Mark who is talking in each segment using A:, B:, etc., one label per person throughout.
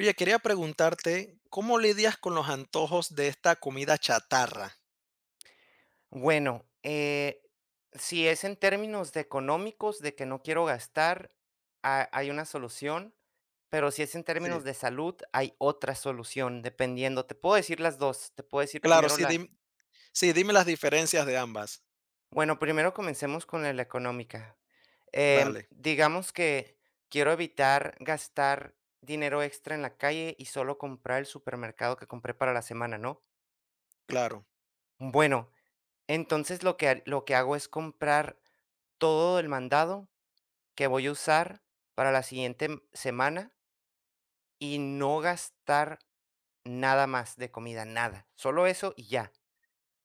A: Oye, quería preguntarte, ¿cómo lidias con los antojos de esta comida chatarra?
B: Bueno, si es en términos de económicos, de que no quiero gastar, hay una solución, pero si es en
A: Sí,
B: términos de salud, hay otra solución, dependiendo. Te puedo decir las dos, te puedo decir
A: claro,
B: primero
A: sí,
B: la.
A: sí, dime las diferencias de ambas.
B: Bueno, primero comencemos con la económica.
A: Vale,
B: Digamos que quiero evitar gastar dinero extra en la calle y solo comprar el supermercado que compré para la semana, ¿no?
A: claro,
B: Bueno, entonces lo que hago es comprar todo el mandado que voy a usar para la siguiente semana y no gastar nada más de comida, nada. Solo eso y ya.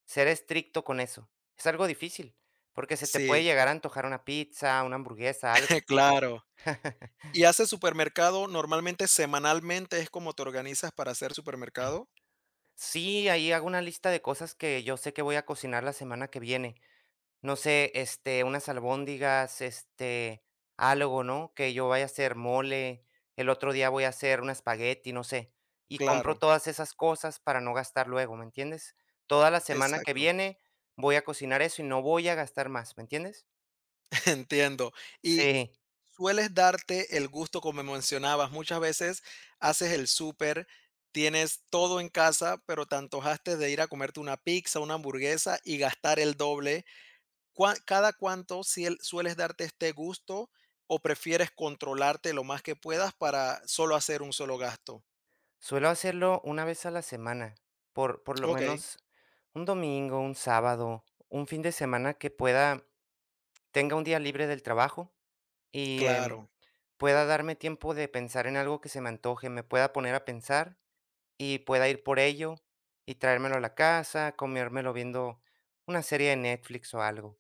B: Ser estricto con eso. Es algo difícil, porque se te puede
A: sí,
B: llegar a antojar una pizza, una hamburguesa, algo.
A: claro. ¿Y haces supermercado normalmente semanalmente? ¿Es como te organizas para hacer supermercado?
B: Sí, ahí hago una lista de cosas que yo sé que voy a cocinar la semana que viene. No sé, unas albóndigas, algo, ¿no? Que yo vaya a hacer mole, el otro día voy a hacer un espagueti, no sé. Y compro
A: Claro,
B: todas esas cosas para no gastar luego, ¿me entiendes? Toda la semana que
A: exacto.
B: viene voy a cocinar eso y no voy a gastar más, ¿me entiendes?
A: Entiendo. Y
B: Sí,
A: sueles darte el gusto, como mencionabas, muchas veces haces el súper, tienes todo en casa, pero te antojaste de ir a comerte una pizza, una hamburguesa y gastar el doble. ¿Cada cuánto sueles darte este gusto o prefieres controlarte lo más que puedas para solo hacer un solo gasto?
B: suelo hacerlo una vez a la semana, por lo
A: Ok,
B: menos un domingo, un sábado, un fin de semana que pueda, tenga un día libre del trabajo y
A: claro,
B: pueda darme tiempo de pensar en algo que se me antoje, me pueda poner a pensar y pueda ir por ello y traérmelo a la casa, comérmelo viendo una serie de Netflix o algo.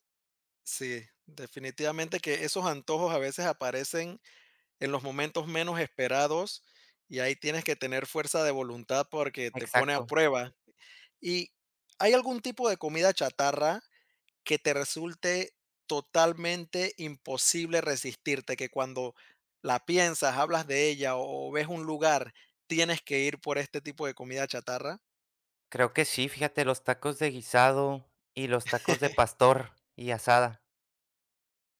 A: sí, definitivamente que esos antojos a veces aparecen en los momentos menos esperados y ahí tienes que tener fuerza de voluntad porque te pone a
B: Exacto.
A: prueba. ¿Y hay algún tipo de comida chatarra que te resulte totalmente imposible resistirte, que cuando la piensas, hablas de ella o ves un lugar, tienes que ir por este tipo de comida chatarra?
B: Creo que sí, fíjate, los tacos de guisado y los tacos de pastor y asada.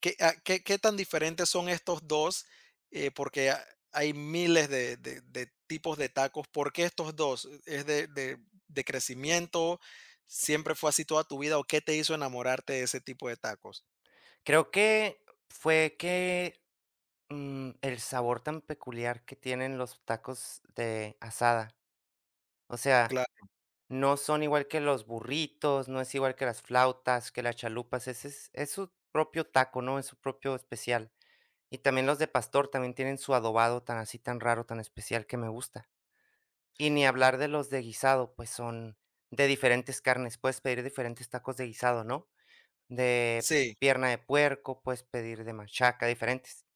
A: ¿Qué, qué tan diferentes son estos dos? Porque hay miles de, de tipos de tacos. ¿Por qué estos dos? ¿Es de, de crecimiento? ¿Siempre fue así toda tu vida? ¿O qué te hizo enamorarte de ese tipo de tacos?
B: Creo que fue que el sabor tan peculiar que tienen los tacos de asada. O sea,
A: Claro.
B: no son igual que los burritos, no es igual que las flautas, que las chalupas, ese es su propio taco, ¿no? Es su propio especial. Y también los de pastor también tienen su adobado tan así, tan raro, tan especial que me gusta. Y ni hablar de los de guisado, pues son de diferentes carnes, puedes pedir diferentes tacos de guisado, ¿no? De
A: Sí.
B: pierna de puerco, puedes pedir de machaca, diferentes.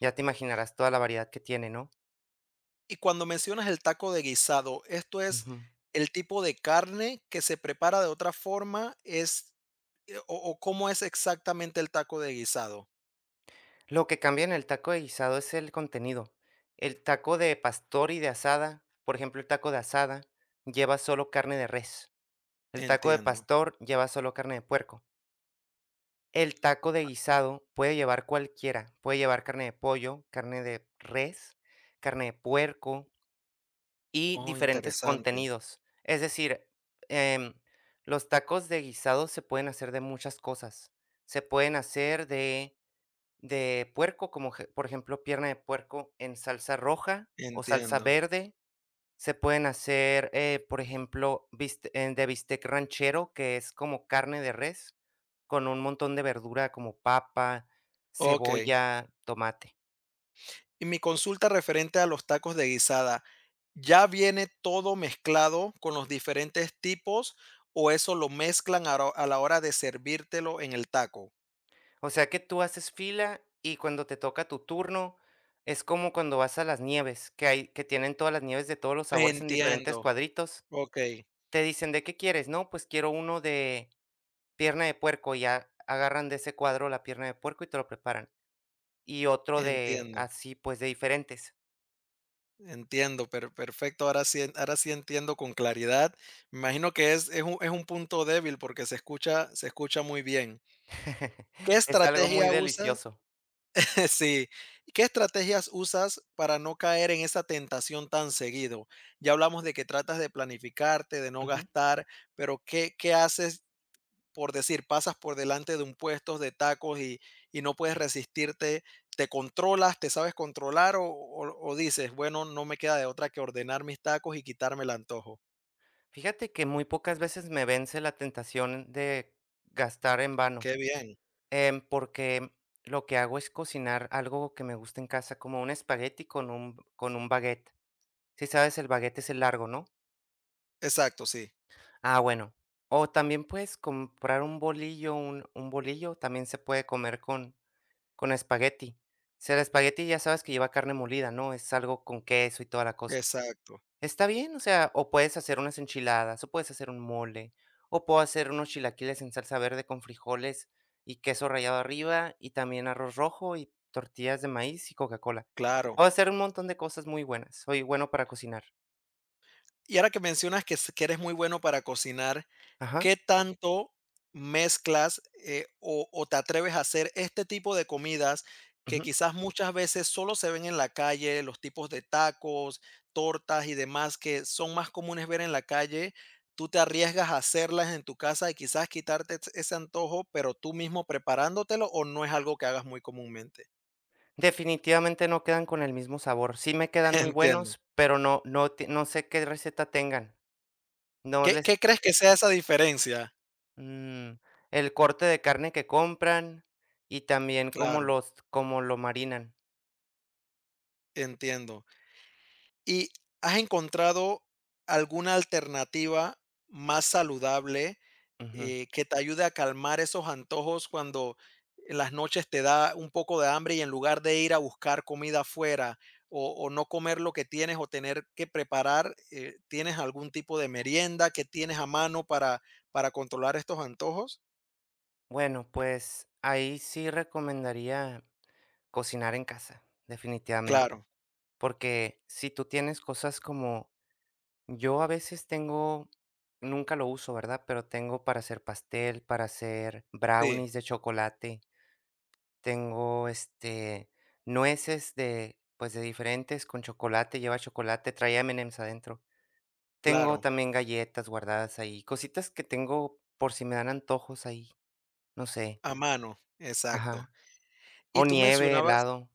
B: Ya te imaginarás toda la variedad que tiene, ¿no?
A: Y cuando mencionas el taco de guisado, ¿esto es
B: Ujú.
A: el tipo de carne que se prepara de otra forma? ¿Es, o cómo es exactamente el taco de guisado?
B: Lo que cambia en el taco de guisado es el contenido. El taco de pastor y de asada, por ejemplo, el taco de asada lleva solo carne de res. El taco de
A: Entiendo.
B: pastor lleva solo carne de puerco. El taco de guisado puede llevar cualquiera. Puede llevar carne de pollo, carne de res, carne de puerco y
A: Oh,
B: diferentes
A: interesante.
B: contenidos. Es decir, em, los tacos de guisado se pueden hacer de muchas cosas. Se pueden hacer de puerco, como por ejemplo pierna de puerco en salsa roja o salsa
A: Entiendo.
B: verde. Se pueden hacer, por ejemplo, de bistec ranchero, que es como carne de res, con un montón de verdura como papa,
A: Ok.
B: cebolla, tomate.
A: Y mi consulta referente a los tacos de guisada, ¿ya viene todo mezclado con los diferentes tipos o eso lo mezclan a la hora de servírtelo en el taco?
B: O sea que tú haces fila y cuando te toca tu turno, es como cuando vas a las nieves, que hay, que tienen todas las nieves de todos los sabores en
A: Entiendo,
B: diferentes cuadritos.
A: okey,
B: Te dicen, ¿de qué quieres? No, pues quiero uno de pierna de puerco, y ya agarran de ese cuadro la pierna de puerco y te lo preparan. Y otro de
A: entiendo,
B: así, pues, de diferentes.
A: entiendo, per perfecto, ahora sí ahora sí entiendo con claridad. Me imagino que es un es un punto débil porque se escucha muy bien. ¿Qué
B: Es algo muy
A: estrategia usas?
B: delicioso.
A: Sí. ¿Qué estrategias usas para no caer en esa tentación tan seguido? Ya hablamos de que tratas de planificarte, de no
B: Ujú.
A: gastar, pero ¿qué, qué haces por decir, pasas por delante de un puesto de tacos y no puedes resistirte? ¿Te controlas, te sabes controlar o, o dices, bueno, no me queda de otra que ordenar mis tacos y quitarme el antojo?
B: Fíjate que muy pocas veces me vence la tentación de gastar en vano,
A: Qué bien.
B: porque lo que hago es cocinar algo que me gusta en casa, como un espagueti con un baguette. Si sabes, el baguette es el largo, ¿no?
A: Exacto, sí.
B: Ah, bueno. O también puedes comprar un bolillo, un bolillo también se puede comer con espagueti. O sea, el espagueti ya sabes que lleva carne molida, ¿no? Es algo con queso y toda la cosa.
A: Exacto.
B: Está bien, o sea, o puedes hacer unas enchiladas, o puedes hacer un mole, o puedo hacer unos chilaquiles en salsa verde con frijoles y queso rallado arriba, y también arroz rojo y tortillas de maíz y Coca-Cola.
A: Claro.
B: Puedo hacer un montón de cosas muy buenas. Soy bueno para cocinar.
A: Y ahora que mencionas que, que eres muy bueno para cocinar,
B: Ajá,
A: ¿qué tanto mezclas, o te atreves a hacer este tipo de comidas que
B: ujú.
A: quizás muchas veces solo se ven en la calle? Los tipos de tacos, tortas y demás que son más comunes ver en la calle, tú te arriesgas a hacerlas en tu casa y quizás quitarte ese ese antojo, pero tú mismo preparándotelo, ¿o no es algo que hagas muy comúnmente?
B: Definitivamente no quedan con el mismo sabor. Sí me quedan muy
A: Entiendo.
B: buenos, pero no sé qué receta tengan. No
A: ¿Qué
B: les.
A: qué crees que sea esa diferencia?
B: Mm, el corte de carne que compran y también
A: Claro,
B: cómo lo marinan.
A: entiendo. ¿Y has encontrado alguna alternativa más saludable,
B: Ujú.
A: que te ayude a calmar esos antojos cuando en las noches te da un poco de hambre y en lugar de ir a buscar comida afuera o no comer lo que tienes o tener que preparar, tienes algún tipo de merienda que tienes a mano para controlar estos antojos?
B: Bueno, pues ahí sí recomendaría cocinar en casa, definitivamente,
A: Claro,
B: porque si tú tienes cosas como yo a veces tengo, nunca lo uso, ¿verdad? Pero tengo para hacer pastel, para hacer
A: sí,
B: brownies de chocolate, tengo, nueces de, pues, de diferentes con chocolate, lleva chocolate, trae M&M's adentro. Tengo
A: claro,
B: también galletas guardadas ahí, cositas que tengo por si me dan antojos ahí, no sé.
A: a mano, exacto.
B: Ajá.
A: Y
B: O
A: tú
B: nieve,
A: mencionabas
B: helado.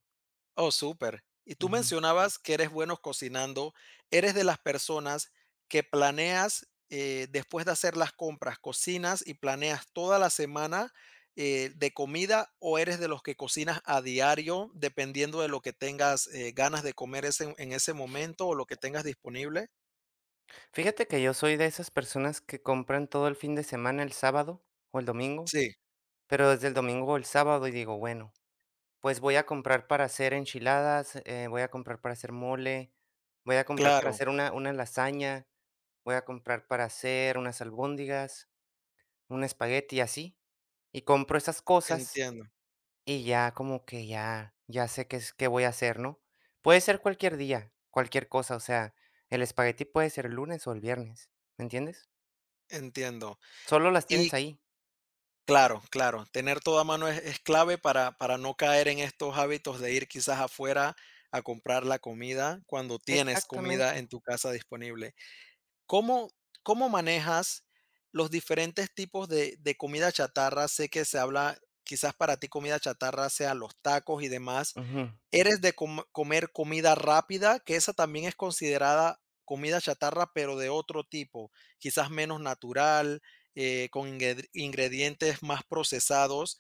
A: Oh, súper. Y tú
B: Ujú.
A: mencionabas que eres bueno cocinando. ¿Eres de las personas que planeas, después de hacer las compras, cocinas y planeas toda la semana, de comida, o eres de los que cocinas a diario, dependiendo de lo que tengas, ganas de comer ese en ese momento o lo que tengas disponible?
B: Fíjate que yo soy de esas personas que compran todo el fin de semana, el sábado o el domingo,
A: Sí,
B: pero desde el domingo o el sábado y digo, bueno, pues voy a comprar para hacer enchiladas, voy a comprar para hacer mole, voy a comprar para
A: claro,
B: hacer una lasaña, voy a comprar para hacer unas albóndigas, un espagueti y así. Y compro esas cosas.
A: entiendo,
B: Y ya como que ya sé qué voy a hacer, ¿no? Puede ser cualquier día, cualquier cosa, o sea, el espagueti puede ser el lunes o el viernes, ¿me entiendes?
A: entiendo.
B: Solo las tienes
A: Y
B: ahí.
A: claro, claro. Tener todo a mano es clave para no caer en estos hábitos de ir quizás afuera a comprar la comida cuando tienes
B: Exactamente.
A: comida en tu casa disponible. ¿Cómo, cómo manejas los diferentes tipos de comida chatarra? Sé que se habla, quizás para ti comida chatarra sea los tacos y demás,
B: Ujú,
A: eres de comer comida rápida, que esa también es considerada comida chatarra, pero de otro tipo, quizás menos natural, con ingredientes más procesados.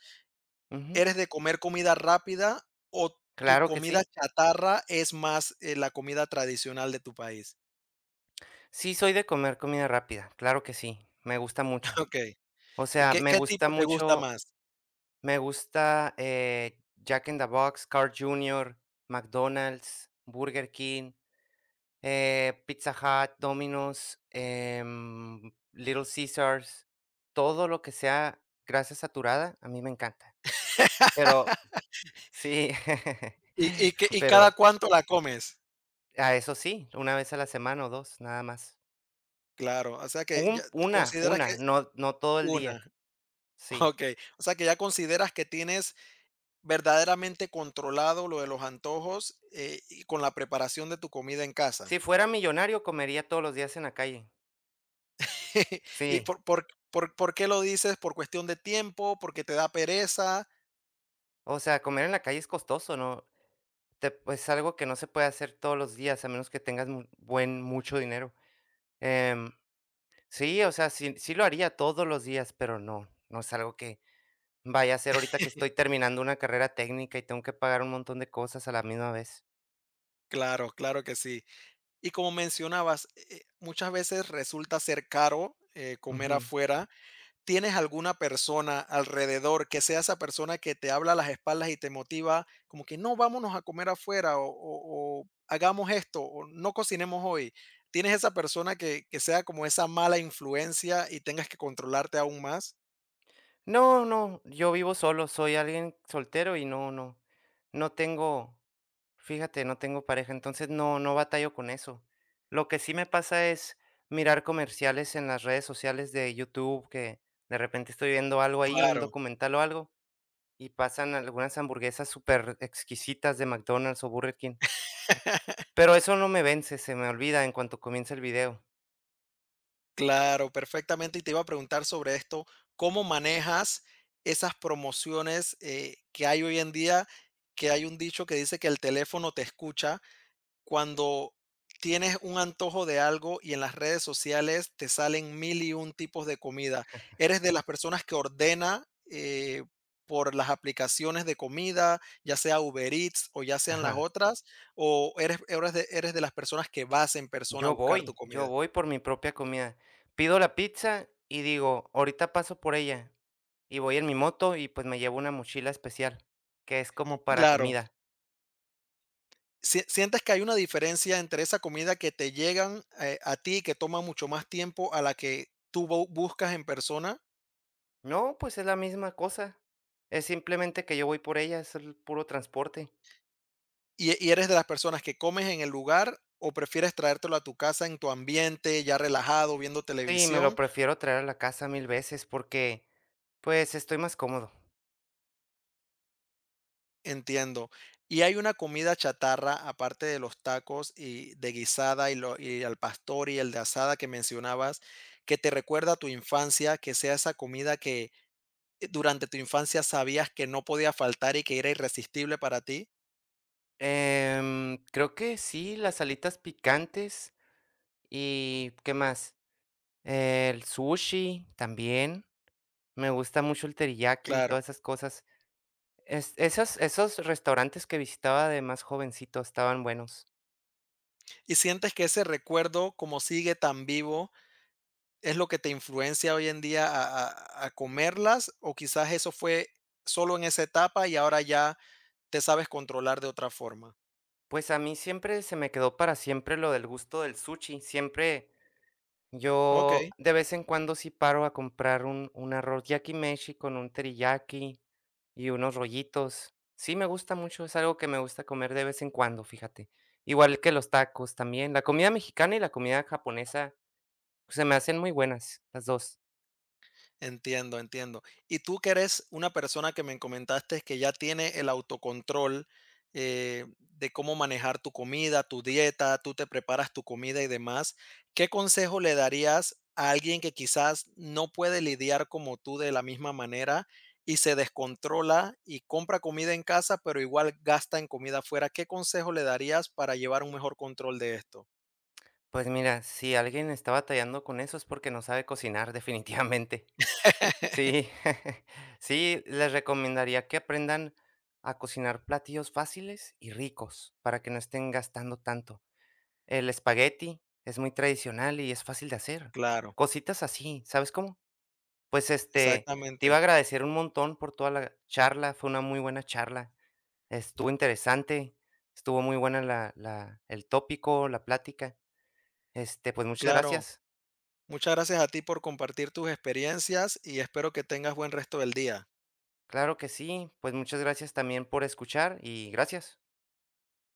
B: ujú.
A: ¿Eres de comer comida rápida o tu
B: Claro que
A: comida
B: sí.
A: chatarra es más la comida tradicional de tu país?
B: Sí, soy de comer comida rápida, claro que sí, me gusta mucho.
A: Ok.
B: O
A: ¿Y
B: sea,
A: qué,
B: me
A: qué
B: gusta
A: tipo te gusta
B: mucho,
A: más?
B: me gusta, Jack in the Box, Carl Jr., McDonald's, Burger King. Pizza Hut, Domino's, Little Caesars, todo lo que sea grasa saturada, a mí me encanta. Pero sí,
A: Y, y
B: pero
A: cada cuánto la comes?
B: a eso sí, una vez a la semana o 2, nada más.
A: Claro, o sea que
B: Un
A: ya te
B: una,
A: consideras
B: una,
A: que
B: no no todo el día,
A: una,
B: sí.
A: ok, o sea que ya consideras que tienes verdaderamente controlado lo de los antojos, y con la preparación de tu comida en casa.
B: Si fuera millonario, comería todos los días en la calle.
A: ¿Y
B: Sí,
A: por qué lo dices? ¿Por cuestión de tiempo? ¿Porque te da pereza?
B: o sea, comer en la calle es costoso, ¿no? Te Pues, algo que no se puede hacer todos los días, a menos que tengas mu buen mucho dinero. em Sí, o sea, sí lo haría todos los días, pero no, no es algo que vaya a hacer ahorita que estoy terminando una carrera técnica y tengo que pagar un montón de cosas a la misma vez.
A: Claro, claro que sí. Y como mencionabas, muchas veces resulta ser caro comer
B: Ujú.
A: afuera. ¿Tienes alguna persona alrededor que sea esa persona que te habla a las espaldas y te motiva como que no, vámonos a comer afuera o, o hagamos esto o no cocinemos hoy? ¿Tienes esa persona que sea como esa mala influencia y tengas que controlarte aún más?
B: No, no, yo vivo solo, soy alguien soltero y no, no, no tengo, fíjate, no tengo pareja, entonces no, no batallo con eso. Lo que sí me pasa es mirar comerciales en las redes sociales de YouTube, que de repente estoy viendo algo ahí, un
A: Claro.
B: documental o algo, y pasan algunas hamburguesas súper exquisitas de McDonald's o Burger King. Pero eso no me vence, se me olvida en cuanto comienza el video.
A: Claro, perfectamente. Y te iba a preguntar sobre esto, ¿cómo manejas esas promociones que hay hoy en día? Que hay un dicho que dice que el teléfono te escucha cuando tienes un antojo de algo y en las redes sociales te salen mil y un tipos de comida. ¿Eres de las personas que ordena por las aplicaciones de comida, ya sea Uber Eats o ya sean las
B: Ajá.
A: otras? ¿O eres, eres de las personas que vas en persona a
B: Yo
A: buscar tu
B: voy, yo
A: comida?
B: voy por mi propia comida. Pido la pizza y digo, ahorita paso por ella. Y voy en mi moto y pues me llevo una mochila especial, que es como para
A: Claro.
B: comida.
A: ¿Sientes que hay una diferencia entre esa comida que te llegan a ti, que toma mucho más tiempo, a la que tú buscas en persona?
B: No, pues es la misma cosa. Es simplemente que yo voy por ella, es el puro transporte.
A: Y eres de las personas que comes en el lugar o prefieres traértelo a tu casa en tu ambiente, ya relajado, viendo
B: Sí, me lo
A: televisión?
B: prefiero traer a la casa mil veces porque pues estoy más cómodo.
A: Entiendo. ¿Y hay una comida chatarra, aparte de los tacos y de guisada y, lo, y al pastor y el de asada que mencionabas, que te recuerda a tu infancia, que sea esa comida que durante tu infancia sabías que no podía faltar y que era irresistible para ti?
B: Creo que sí, las alitas picantes y, ¿qué más? El sushi también. Me gusta mucho el teriyaki y
A: Claro.
B: todas esas cosas. Esos restaurantes que visitaba de más jovencito estaban buenos.
A: ¿Y sientes que ese recuerdo, como sigue tan vivo, es lo que te influencia hoy en día a comerlas, o quizás eso fue solo en esa etapa y ahora ya te sabes controlar de otra forma?
B: Pues a mí siempre se me quedó para siempre lo del gusto del sushi. Siempre yo
A: Okey.
B: de vez en cuando sí paro a comprar un arroz yakimeshi con un teriyaki y unos rollitos. Sí, me gusta mucho, es algo que me gusta comer de vez en cuando, fíjate. Igual que los tacos también. La comida mexicana y la comida japonesa, pues, se me hacen muy buenas las dos.
A: Entiendo, entiendo. Y tú que eres una persona que me comentaste que ya tiene el autocontrol de cómo manejar tu comida, tu dieta, tú te preparas tu comida y demás, ¿qué consejo le darías a alguien que quizás no puede lidiar como tú de la misma manera y se descontrola y compra comida en casa, pero igual gasta en comida afuera? ¿Qué consejo le darías para llevar un mejor control de esto?
B: Pues mira, si alguien está batallando con eso es porque no sabe cocinar, definitivamente. Sí, sí, les recomendaría que aprendan a cocinar platillos fáciles y ricos para que no estén gastando tanto. El espagueti es muy tradicional y es fácil de hacer.
A: Claro,
B: Cositas así, ¿sabes cómo? Pues, te iba
A: exactamente,
B: a agradecer un montón por toda la charla, fue una muy buena charla. Estuvo interesante, estuvo muy buena la la el tópico, la plática. Pues, muchas
A: claro.
B: gracias.
A: Muchas gracias a ti por compartir tus experiencias y espero que tengas buen resto del día.
B: Claro que sí, pues, muchas gracias también por escuchar y gracias.